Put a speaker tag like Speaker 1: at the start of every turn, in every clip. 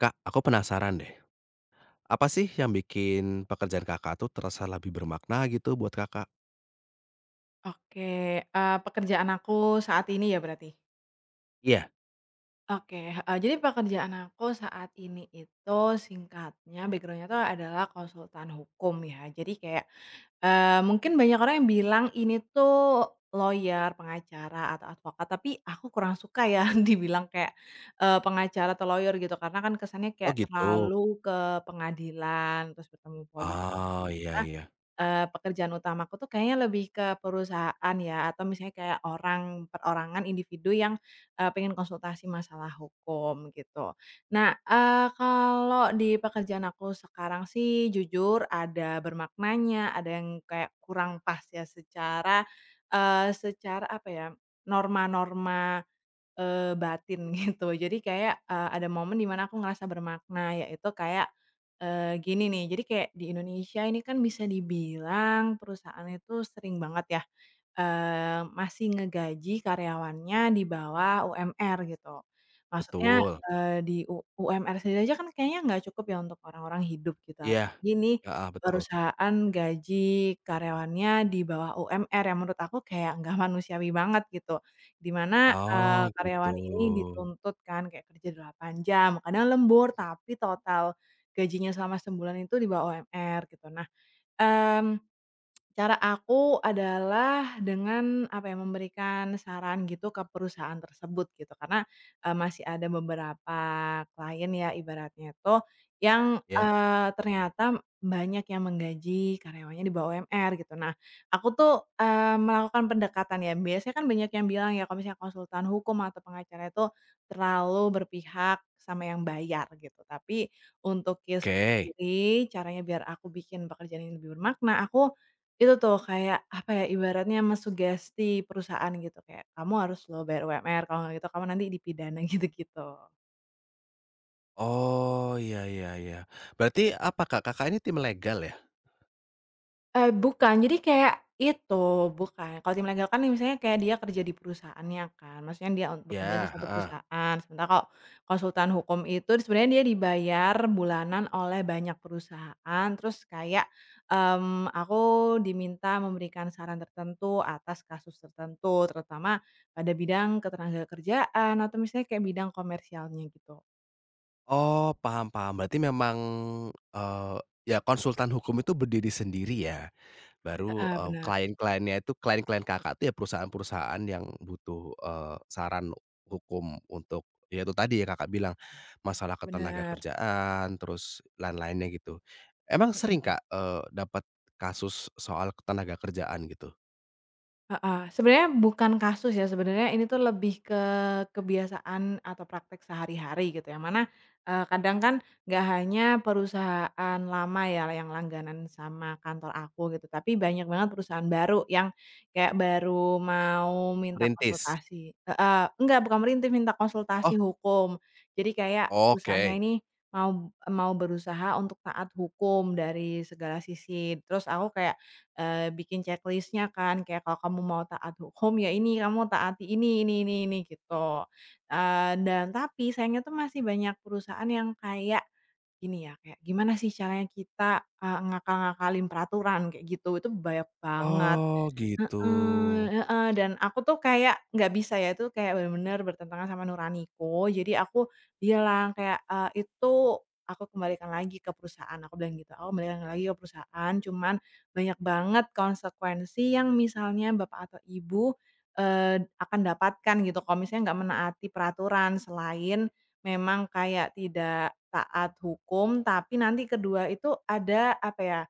Speaker 1: Kak, aku penasaran deh. Apa sih yang bikin pekerjaan Kakak tuh terasa lebih bermakna gitu buat Kakak?
Speaker 2: Oke, pekerjaan aku saat ini ya berarti?
Speaker 1: Iya.
Speaker 2: Oke, heeh, jadi pekerjaan aku saat ini itu singkatnya backgroundnya tuh adalah konsultan hukum ya. Jadi kayak, mungkin banyak orang yang bilang ini tuh lawyer, pengacara, atau advokat, tapi aku kurang suka ya dibilang kayak, pengacara atau lawyer gitu, karena kan kesannya
Speaker 1: Oh
Speaker 2: kayak
Speaker 1: gitu.
Speaker 2: terlalu ke pengadilan, terus bertemu polisi.
Speaker 1: Oh, iya iya.
Speaker 2: Pekerjaan utamaku tuh kayaknya lebih ke perusahaan ya, atau misalnya kayak orang, perorangan, individu yang, pengen konsultasi masalah hukum gitu. Nah, kalau di pekerjaan aku sekarang sih jujur ada bermaknanya, ada yang kayak kurang pas ya secara, secara apa ya, norma-norma batin gitu. Jadi kayak, ada momen di mana aku ngerasa bermakna, yaitu kayak, gini nih, jadi kayak di Indonesia ini kan bisa dibilang perusahaan itu sering banget ya masih ngegaji karyawannya di bawah UMR gitu. Maksudnya,
Speaker 1: Betul.
Speaker 2: eee, di U UMR sendiri aja kan kayaknya nggak cukup ya untuk orang-orang hidup gitu,
Speaker 1: Iya.
Speaker 2: apalagi nih
Speaker 1: Heeh, betul.
Speaker 2: perusahaan gaji karyawannya di bawah UMR yang menurut aku kayak nggak manusiawi banget gitu. Di mana,
Speaker 1: Oh
Speaker 2: eee,
Speaker 1: gitu.
Speaker 2: karyawan ini dituntut kan kayak kerja 8 jam, kadang lembur, tapi total gajinya selama sebulan itu di bawah UMR gitu. Nah, mmm cara aku adalah dengan, apa ya, memberikan saran gitu ke perusahaan tersebut gitu karena, masih ada beberapa klien ya ibaratnya tuh yang,
Speaker 1: Ya.
Speaker 2: eee, ternyata banyak yang menggaji karyawannya di bawah UMR gitu. Nah, aku tuh, melakukan pendekatan ya, biasanya kan banyak yang bilang ya kalau misalnya konsultan hukum atau pengacara itu terlalu berpihak sama yang bayar gitu. Tapi untuk case-ku
Speaker 1: Oke.
Speaker 2: sendiri caranya biar aku bikin pekerjaan ini lebih bermakna, aku itu tuh kayak, apa ya, ibaratnya mensugesti perusahaan gitu, kayak, "Kamu harus loh bayar UMR, kalau nggak gitu kamu nanti dipidana," gitu-gitu.
Speaker 1: Oh, iya iya iya. Berarti apa Kak, Kakak ini tim legal ya?
Speaker 2: Bukan. Jadi kayak itu, bukan. Kalau tim legal kan misalnya kayak dia kerja di perusahaannya kan, maksudnya dia bekerja untuk
Speaker 1: Ya,
Speaker 2: satu
Speaker 1: heeh.
Speaker 2: perusahaan. Sementara kalau konsultan hukum itu sebenarnya dia dibayar bulanan oleh banyak perusahaan, terus kayak, aku diminta memberikan saran tertentu atas kasus tertentu, terutama pada bidang ketenagakerjaan atau misalnya kayak bidang komersialnya gitu.
Speaker 1: Oh, paham paham. Berarti memang, eee, ya konsultan hukum itu berdiri sendiri ya? Baru,
Speaker 2: Heeh, benar
Speaker 1: klien-kliennya itu klien-klien Kakak tuh ya perusahaan-perusahaan yang butuh, saran hukum untuk ya itu tadi ya Kakak bilang, masalah ketenaga
Speaker 2: benar.
Speaker 1: kerjaan terus lain-lainnya gitu. Emang
Speaker 2: Mhm,
Speaker 1: sering
Speaker 2: mhm.
Speaker 1: Kak, dapat kasus soal ketenaga kerjaan gitu?
Speaker 2: Heeh, sebenarnya bukan kasus ya, sebenarnya ini tuh lebih ke kebiasaan atau praktek sehari-hari gitu, yang mana, kadang kan nggak hanya perusahaan lama ya yang langganan sama kantor aku gitu, tapi banyak banget perusahaan baru yang kayak baru mau minta
Speaker 1: Merintis?
Speaker 2: konsultasi heeh, enggak bukan merintih, minta
Speaker 1: Oh,
Speaker 2: konsultasi hukum. Jadi kayak perusahaannya
Speaker 1: oke.
Speaker 2: ini mau mau berusaha untuk taat hukum dari segala sisi, terus aku kayak bikin checklistnya kan, kayak kalau kamu mau taat hukum ya ini, kamu taati ini gitu. Dan tapi sayangnya tuh masih banyak perusahaan yang kayak gini ya, kayak gimana sih caranya kita, ngakal-ngakalin peraturan kayak gitu, itu banyak banget.
Speaker 1: Oh gitu.
Speaker 2: Heeh, heeh, dan aku tuh kayak nggak bisa ya, itu kayak bener-bener bertentangan sama nuraniku. Jadi aku bilang kayak, "Itu aku kembalikan lagi ke perusahaan," aku bilang gitu, "aku kembalikan lagi ke perusahaan, cuman banyak banget konsekuensi yang misalnya bapak atau ibu, akan dapatkan gitu kalau misalnya nggak menaati peraturan. Selain memang kayak tidak taat hukum, tapi nanti kedua itu ada apa ya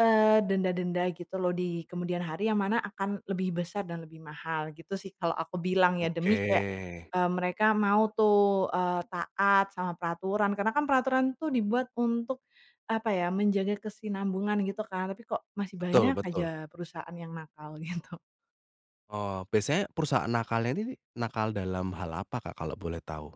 Speaker 2: Denda-denda gitu loh di kemudian hari yang mana akan lebih besar dan lebih mahal gitu sih kalau aku bilang ya
Speaker 1: Oke.
Speaker 2: demi kayak, mereka mau tuh, taat sama peraturan karena kan peraturan tuh dibuat untuk, apa ya, menjaga kesinambungan gitu kan tapi kok masih
Speaker 1: Betul
Speaker 2: banyak
Speaker 1: betul.
Speaker 2: aja perusahaan yang nakal gitu.
Speaker 1: Oh, biasanya perusahaan nakalnya ini nakal dalam hal apa Kak, kalau boleh tahu?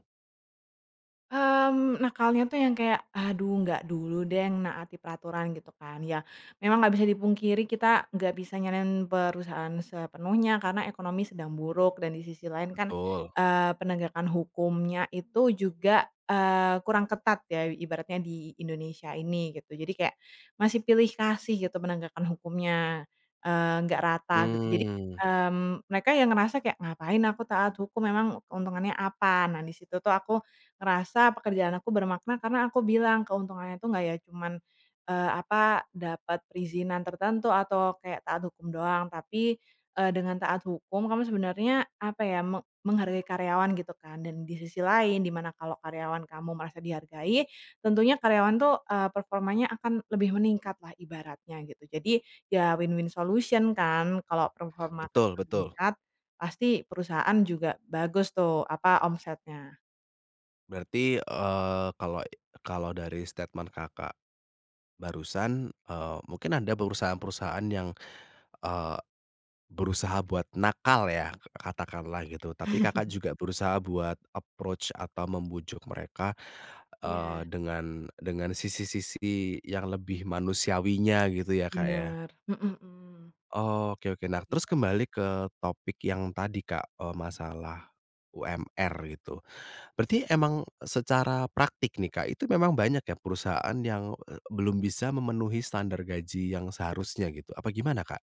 Speaker 2: Mmm, nakalnya tuh yang kayak, "Aduh nggak dulu deh yang naati peraturan," gitu kan. Ya memang nggak bisa dipungkiri kita nggak bisa nyalahin perusahaan sepenuhnya karena ekonomi sedang buruk dan di sisi lain kan,
Speaker 1: Betul.
Speaker 2: eee, penegakan hukumnya itu juga, kurang ketat ya ibaratnya di Indonesia ini gitu. Jadi kayak masih pilih kasih gitu penegakan hukumnya, nggak rata gitu. Jadi,
Speaker 1: Mmm.
Speaker 2: mmm, mereka yang ngerasa kayak, "Ngapain aku taat hukum, memang keuntungannya apa?" Nah di situ tuh aku ngerasa pekerjaan aku bermakna karena aku bilang keuntungannya tuh nggak ya cuman, apa, dapat perizinan tertentu atau kayak taat hukum doang, tapi, dengan taat hukum kamu sebenarnya, apa ya, menghargai karyawan gitu kan. Dan di sisi lain di mana kalau karyawan kamu merasa dihargai, tentunya karyawan tuh, performanya akan lebih meningkat lah ibaratnya gitu. Jadi ya win-win solution kan, kalau performa
Speaker 1: Betul
Speaker 2: karyawan
Speaker 1: betul.
Speaker 2: meningkat, pasti perusahaan juga bagus tuh, apa, omsetnya.
Speaker 1: Berarti, kalau kalau dari statement Kakak barusan, mungkin ada perusahaan-perusahaan yang, eee, berusaha buat nakal ya, katakanlah gitu, tapi Kakak juga berusaha buat approach atau membujuk mereka,
Speaker 2: Iya.
Speaker 1: dengan sisi-sisi yang lebih manusiawinya gitu ya, Kak, ya.
Speaker 2: Bener, mhm, mhm.
Speaker 1: Oke oke. Nah,
Speaker 2: Kayak
Speaker 1: terus
Speaker 2: gitu.
Speaker 1: kembali ke topik yang tadi, Kak, masalah UMR gitu. Berarti emang secara praktik nih, Kak, itu memang banyak ya perusahaan yang, belum bisa memenuhi standar gaji yang seharusnya gitu, apa gimana, Kak?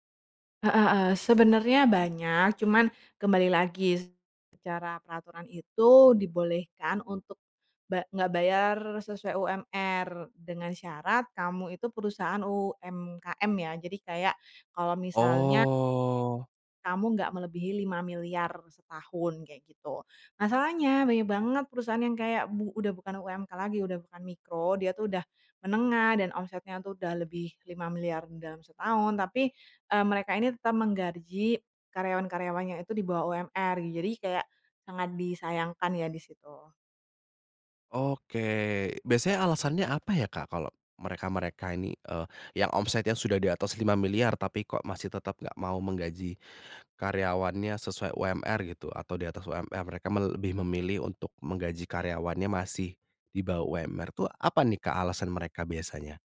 Speaker 2: Heeh, heeh, sebenarnya banyak, cuman kembali lagi secara peraturan itu dibolehkan untuk nggak bayar sesuai UMR dengan syarat kamu itu perusahaan UMKM ya. Jadi kayak kalau misalnya
Speaker 1: Oh,
Speaker 2: kamu nggak melebihi 5 miliar setahun, kayak gitu. Masalahnya banyak banget perusahaan yang kayak udah bukan UMK lagi, udah bukan mikro, dia tuh udah menengah dan omsetnya tuh udah lebih 5 miliar dalam setahun, tapi, mereka ini tetap menggaji karyawan-karyawannya itu di bawah UMR. Jadi kayak sangat disayangkan ya di situ.
Speaker 1: oke. Biasanya alasannya apa ya, Kak, kalau mereka-mereka ini, yang omsetnya sudah di atas lima miliar tapi kok masih tetap nggak mau menggaji karyawannya sesuai UMR gitu atau di atas UMR, mereka me lebih memilih untuk menggaji karyawannya masih di bawah UMR tuh apa nih, Kak, alasan mereka biasanya?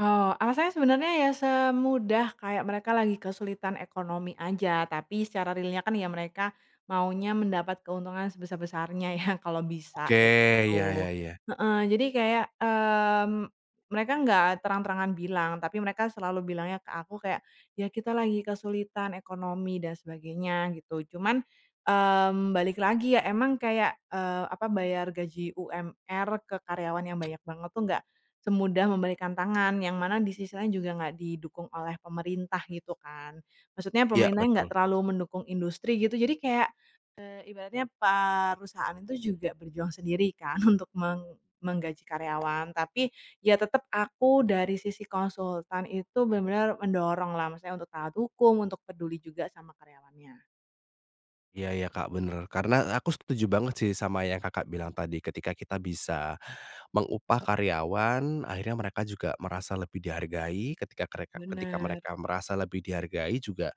Speaker 2: Oh, alasannya sebenarnya ya semudah kayak mereka lagi kesulitan ekonomi aja, tapi secara realnya kan ya mereka maunya mendapat keuntungan sebesar-besarnya ya kalau
Speaker 1: Oke,
Speaker 2: bisa, kayak
Speaker 1: iya iya
Speaker 2: gitu.
Speaker 1: iya.
Speaker 2: Heeh, jadi kayak, mereka nggak terang-terangan bilang, tapi mereka selalu bilangnya ke aku kayak, "Ya kita lagi kesulitan ekonomi dan sebagainya," gitu. Cuman, balik lagi ya emang kayak, apa, bayar gaji UMR ke karyawan yang banyak banget tuh nggak semudah membalikan tangan, yang mana di sisi lain juga nggak didukung oleh pemerintah gitu kan. Maksudnya
Speaker 1: Iya
Speaker 2: pemerintahnya nggak
Speaker 1: betul.
Speaker 2: terlalu mendukung industri gitu, jadi kayak, ibaratnya perusahaan itu juga berjuang sendiri kan untuk menggaji karyawan. Tapi ya tetap aku dari sisi konsultan itu benar-benar mendorong lah, maksudnya untuk taat hukum, untuk peduli juga sama karyawannya.
Speaker 1: Iya iya, Kak, bener. Karena aku setuju banget sih sama yang Kakak bilang tadi, ketika kita bisa mengupah karyawan, akhirnya mereka juga merasa lebih dihargai, ketika
Speaker 2: Bener.
Speaker 1: mereka merasa lebih dihargai juga,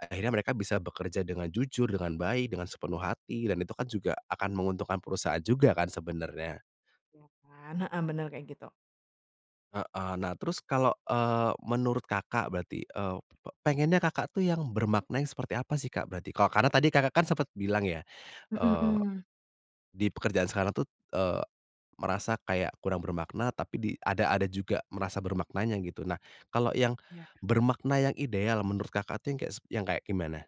Speaker 1: akhirnya mereka bisa bekerja dengan jujur, dengan baik, dengan sepenuh hati, dan itu kan juga akan menguntungkan perusahaan juga kan sebenarnya.
Speaker 2: Iya kan? Heeh, bener kayak gitu.
Speaker 1: Heeh. Nah terus kalau, menurut Kakak berarti, pe pengennya Kakak tuh yang bermakna yang seperti apa sih, Kak, berarti? Kalau karena tadi Kakak kan sempet bilang ya,
Speaker 2: Mhm,
Speaker 1: eee
Speaker 2: mhm.
Speaker 1: di pekerjaan sekarang tuh, merasa kayak kurang bermakna, tapi di ada juga merasa bermaknanya gitu. Nah, kalau yang bermakna yang ideal menurut Kakak tuh yang kayak sep yang kayak gimana?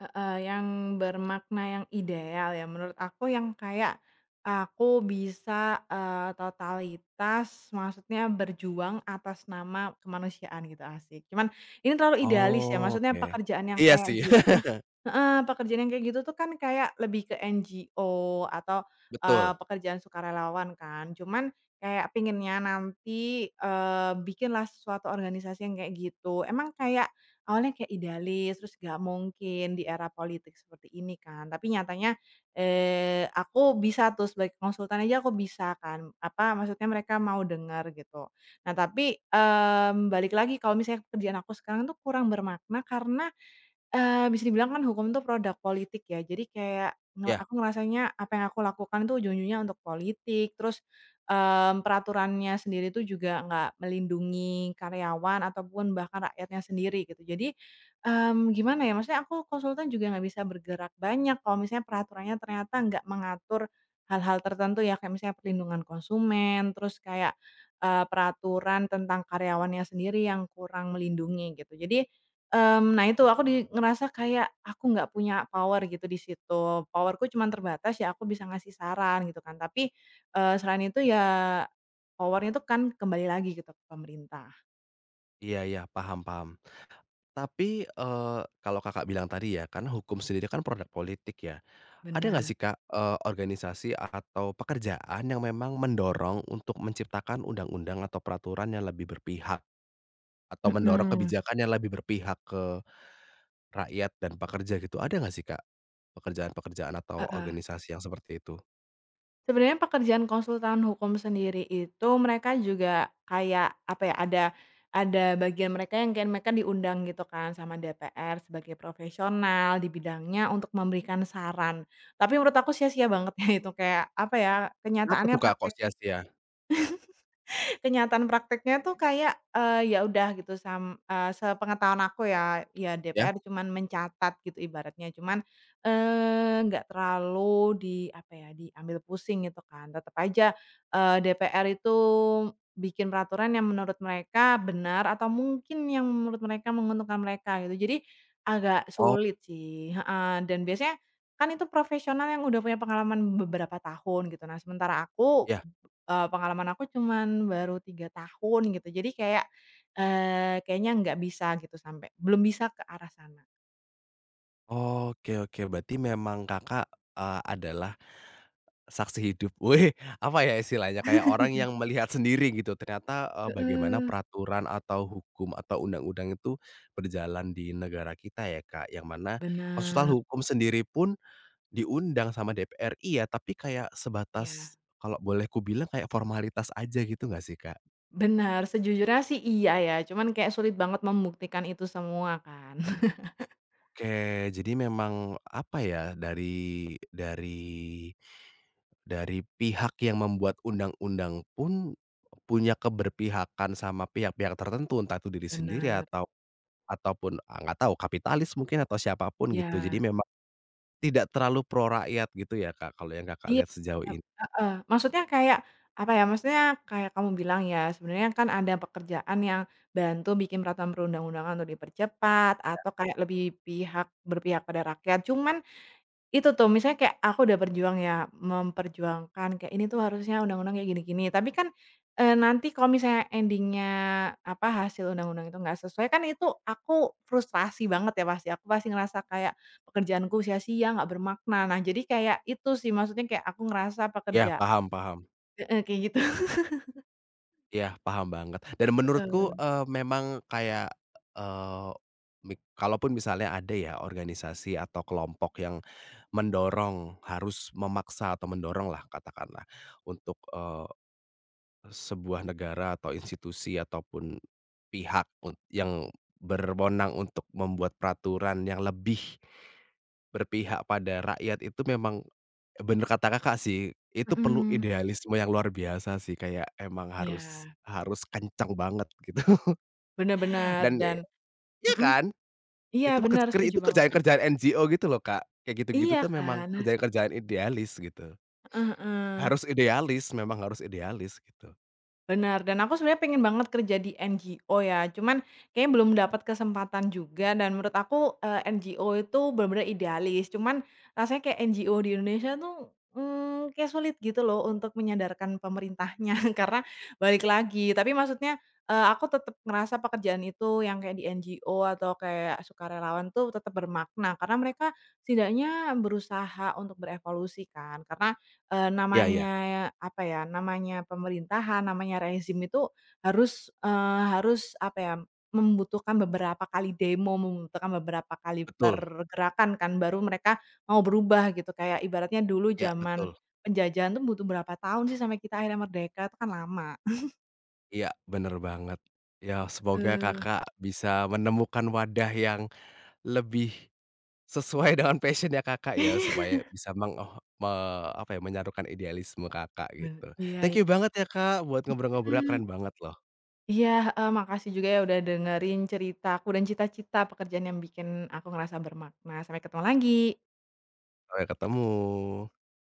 Speaker 2: Heeh, yang bermakna yang ideal ya menurut aku yang kayak aku bisa, totalitas maksudnya berjuang atas nama kemanusiaan gitu, asik. Cuman ini terlalu idealis ya,
Speaker 1: Oh,
Speaker 2: maksudnya
Speaker 1: oke.
Speaker 2: pekerjaan yang
Speaker 1: Iya
Speaker 2: kayak
Speaker 1: sih,
Speaker 2: gitu heeh, pekerjaan yang kayak gitu tuh kan kayak lebih ke NGO atau,
Speaker 1: betul.
Speaker 2: pekerjaan sukarelawan kan. Cuman kayak pinginnya nanti, bikinlah suatu organisasi yang kayak gitu. Emang kayak awalnya kayak idealis, terus gak mungkin di era politik seperti ini kan. Tapi nyatanya, aku bisa tuh sebagai konsultan aja aku bisa kan, apa, maksudnya mereka mau dengar gitu. Nah tapi, balik lagi kalau misalnya pekerjaan aku sekarang tuh kurang bermakna karena bisa dibilang kan hukum tuh produk politik ya, jadi kayak
Speaker 1: Iya,
Speaker 2: aku ngerasanya apa yang aku lakukan tuh ujung-ujungnya untuk politik, terus, peraturannya sendiri tuh juga nggak melindungi karyawan ataupun bahkan rakyatnya sendiri gitu. Jadi, gimana ya, maksudnya aku konsultan juga nggak bisa bergerak banyak kalau misalnya peraturannya ternyata nggak mengatur hal-hal tertentu ya, kayak misalnya perlindungan konsumen, terus kayak, peraturan tentang karyawannya sendiri yang kurang melindungi gitu. Jadi, mmm, nah itu aku ngerasa kayak aku nggak punya power gitu di situ, power-ku cuman terbatas ya aku bisa ngasih saran gitu kan, tapi, selain itu ya power-nya itu kan kembali lagi gitu ke pemerintah.
Speaker 1: iya iya, paham paham. Tapi, kalau Kakak bilang tadi ya, karena hukum sendiri kan produk politik ya. Ada nggak
Speaker 2: Benar,
Speaker 1: sih Kak, organisasi atau pekerjaan yang memang mendorong untuk menciptakan undang-undang atau peraturan yang lebih berpihak? Atau mendorong
Speaker 2: mhm,
Speaker 1: kebijakan yang lebih berpihak ke rakyat dan pekerja gitu, ada nggak sih, Kak, pekerjaan-pekerjaan atau
Speaker 2: heeh.
Speaker 1: organisasi yang seperti itu?
Speaker 2: Sebenarnya pekerjaan konsultan hukum sendiri itu mereka juga kayak, apa ya, ada bagian mereka yang kayak mereka diundang gitu kan sama DPR sebagai profesional di bidangnya untuk memberikan saran. Tapi menurut aku sia-sia banget ya itu kayak, apa ya,
Speaker 1: Kenapa
Speaker 2: kenyataannya
Speaker 1: tuh, Kak, kok
Speaker 2: praktek
Speaker 1: sia-sia?
Speaker 2: kenyataan prakteknya tuh kayak, ya udah gitu sepengetahuan aku ya, ya
Speaker 1: Ya?
Speaker 2: DPR cuman mencatat gitu ibaratnya, cuman, nggak terlalu di apa ya, diambil pusing gitu kan. Tetep aja, DPR itu bikin peraturan yang menurut mereka benar atau mungkin yang menurut mereka menguntungkan mereka gitu. Jadi agak
Speaker 1: Oh,
Speaker 2: sulit sih heeh, dan biasanya kan itu profesional yang udah punya pengalaman beberapa tahun gitu. Nah sementara aku
Speaker 1: ya?
Speaker 2: Pengalaman aku cuman baru 3 tahun gitu. Jadi kayak, kayaknya nggak bisa gitu sampai belum bisa ke arah sana.
Speaker 1: Oke oke, berarti memang Kakak, adalah saksi hidup, wih apa ya istilahnya, kayak orang yang melihat sendiri gitu ternyata, bagaimana
Speaker 2: Heeh.
Speaker 1: peraturan atau hukum atau undang-undang itu berjalan di negara kita ya, Kak, yang mana konsultan
Speaker 2: Bener,
Speaker 1: hukum sendiri pun diundang sama DPR iya, tapi kayak sebatas
Speaker 2: iya.
Speaker 1: kalau boleh kubilang kayak formalitas aja gitu nggak sih, Kak?
Speaker 2: Bener, sejujurnya sih iya ya, cuman kayak sulit banget membuktikan itu semua kan.
Speaker 1: Oke, jadi memang apa ya, dari pihak yang membuat undang-undang pun punya keberpihakan sama pihak-pihak tertentu, entah itu diri sendiri
Speaker 2: Benar,
Speaker 1: atau ataupun, nggak tahu kapitalis mungkin atau siapapun gitu. Jadi
Speaker 2: iya.
Speaker 1: memang tidak terlalu pro rakyat gitu ya, Kak, kalau yang Kakak
Speaker 2: Iya,
Speaker 1: lihat sejauh ini.
Speaker 2: heeh. Maksudnya kayak, apa ya, maksudnya kayak kamu bilang ya, sebenarnya kan ada pekerjaan yang bantu bikin peraturan perundang-undangan untuk dipercepat atau kayak lebih berpihak pada rakyat. Cuman itu tuh, misalnya kayak aku udah berjuang ya, memperjuangkan kayak ini tuh harusnya undang-undang kayak gini-gini, tapi kan, nanti kalau misalnya endingnya apa, hasil undang-undang itu nggak sesuai, kan itu aku frustrasi banget ya pasti, aku pasti ngerasa kayak pekerjaanku sia-sia, nggak bermakna. Nah, jadi kayak itu sih, maksudnya kayak aku ngerasa
Speaker 1: Iya,
Speaker 2: pekerjaan
Speaker 1: paham paham.
Speaker 2: heeh, kayak gitu.
Speaker 1: Iya, paham banget. Dan menurutku,
Speaker 2: Heeh.
Speaker 1: memang kayak, eee, mik kalaupun misalnya ada ya organisasi atau kelompok yang mendorong, harus memaksa atau mendorong lah katakanlah untuk, sebuah negara atau institusi ataupun pihak un yang berwenang untuk membuat peraturan yang lebih berpihak pada rakyat itu memang bener kata Kakak sih, itu perlu
Speaker 2: Mhm.
Speaker 1: idealisme yang luar biasa sih, kayak emang
Speaker 2: Iya,
Speaker 1: harus harus kencang banget gitu
Speaker 2: bener, bener.
Speaker 1: dan
Speaker 2: Dan
Speaker 1: iya
Speaker 2: mhm,
Speaker 1: kan?
Speaker 2: iya
Speaker 1: Itu kec
Speaker 2: benar setuju
Speaker 1: itu
Speaker 2: banget.
Speaker 1: kerjaan-kerjaan NGO gitu loh, Kak, kayak gitu-gitu
Speaker 2: Iya
Speaker 1: tuh memang
Speaker 2: kan?
Speaker 1: kerjaan-kerjaan idealis gitu.
Speaker 2: Heeh.
Speaker 1: Harus idealis, memang harus idealis gitu.
Speaker 2: Benar dan aku sebenarnya pengen banget kerja di NGO ya, cuman kayaknya belum dapat kesempatan juga dan menurut aku, eee, NGO itu benar-benar idealis, cuman rasanya kayak NGO di Indonesia tuh, kayak sulit gitu loh untuk menyadarkan pemerintahnya karena balik lagi, tapi maksudnya, aku tetap ngerasa pekerjaan itu yang kayak di NGO atau kayak sukarelawan tuh tetap bermakna, karena mereka setidaknya berusaha untuk berevolusi kan, karena
Speaker 1: Iya iya,
Speaker 2: namanya, apa ya, namanya pemerintahan, namanya rezim itu harus, apa ya, membutuhkan beberapa kali demo, membutuhkan beberapa kali
Speaker 1: betul.
Speaker 2: pergerakan kan, baru mereka mau berubah gitu. Kayak ibaratnya dulu
Speaker 1: Iya
Speaker 2: zaman
Speaker 1: betul.
Speaker 2: penjajahan tuh butuh berapa tahun sih sampai kita akhirnya merdeka, itu kan lama.
Speaker 1: Iya, bener banget. Ya semoga
Speaker 2: Heeh.
Speaker 1: Kakak bisa menemukan wadah yang lebih sesuai dengan passion-nya Kakak ya, supaya bisa meng oh, me apa ya, menyarukan idealisme Kakak
Speaker 2: Nah,
Speaker 1: gitu.
Speaker 2: iya, iya.
Speaker 1: Thank you banget ya Kak, buat ngobrol-ngobrolnya
Speaker 2: Mhm.
Speaker 1: keren banget loh.
Speaker 2: Iya, heeh, makasih juga ya udah dengerin ceritaku dan cita-cita pekerjaan yang bikin aku ngerasa bermakna. Sampai ketemu lagi.
Speaker 1: Sampai ketemu.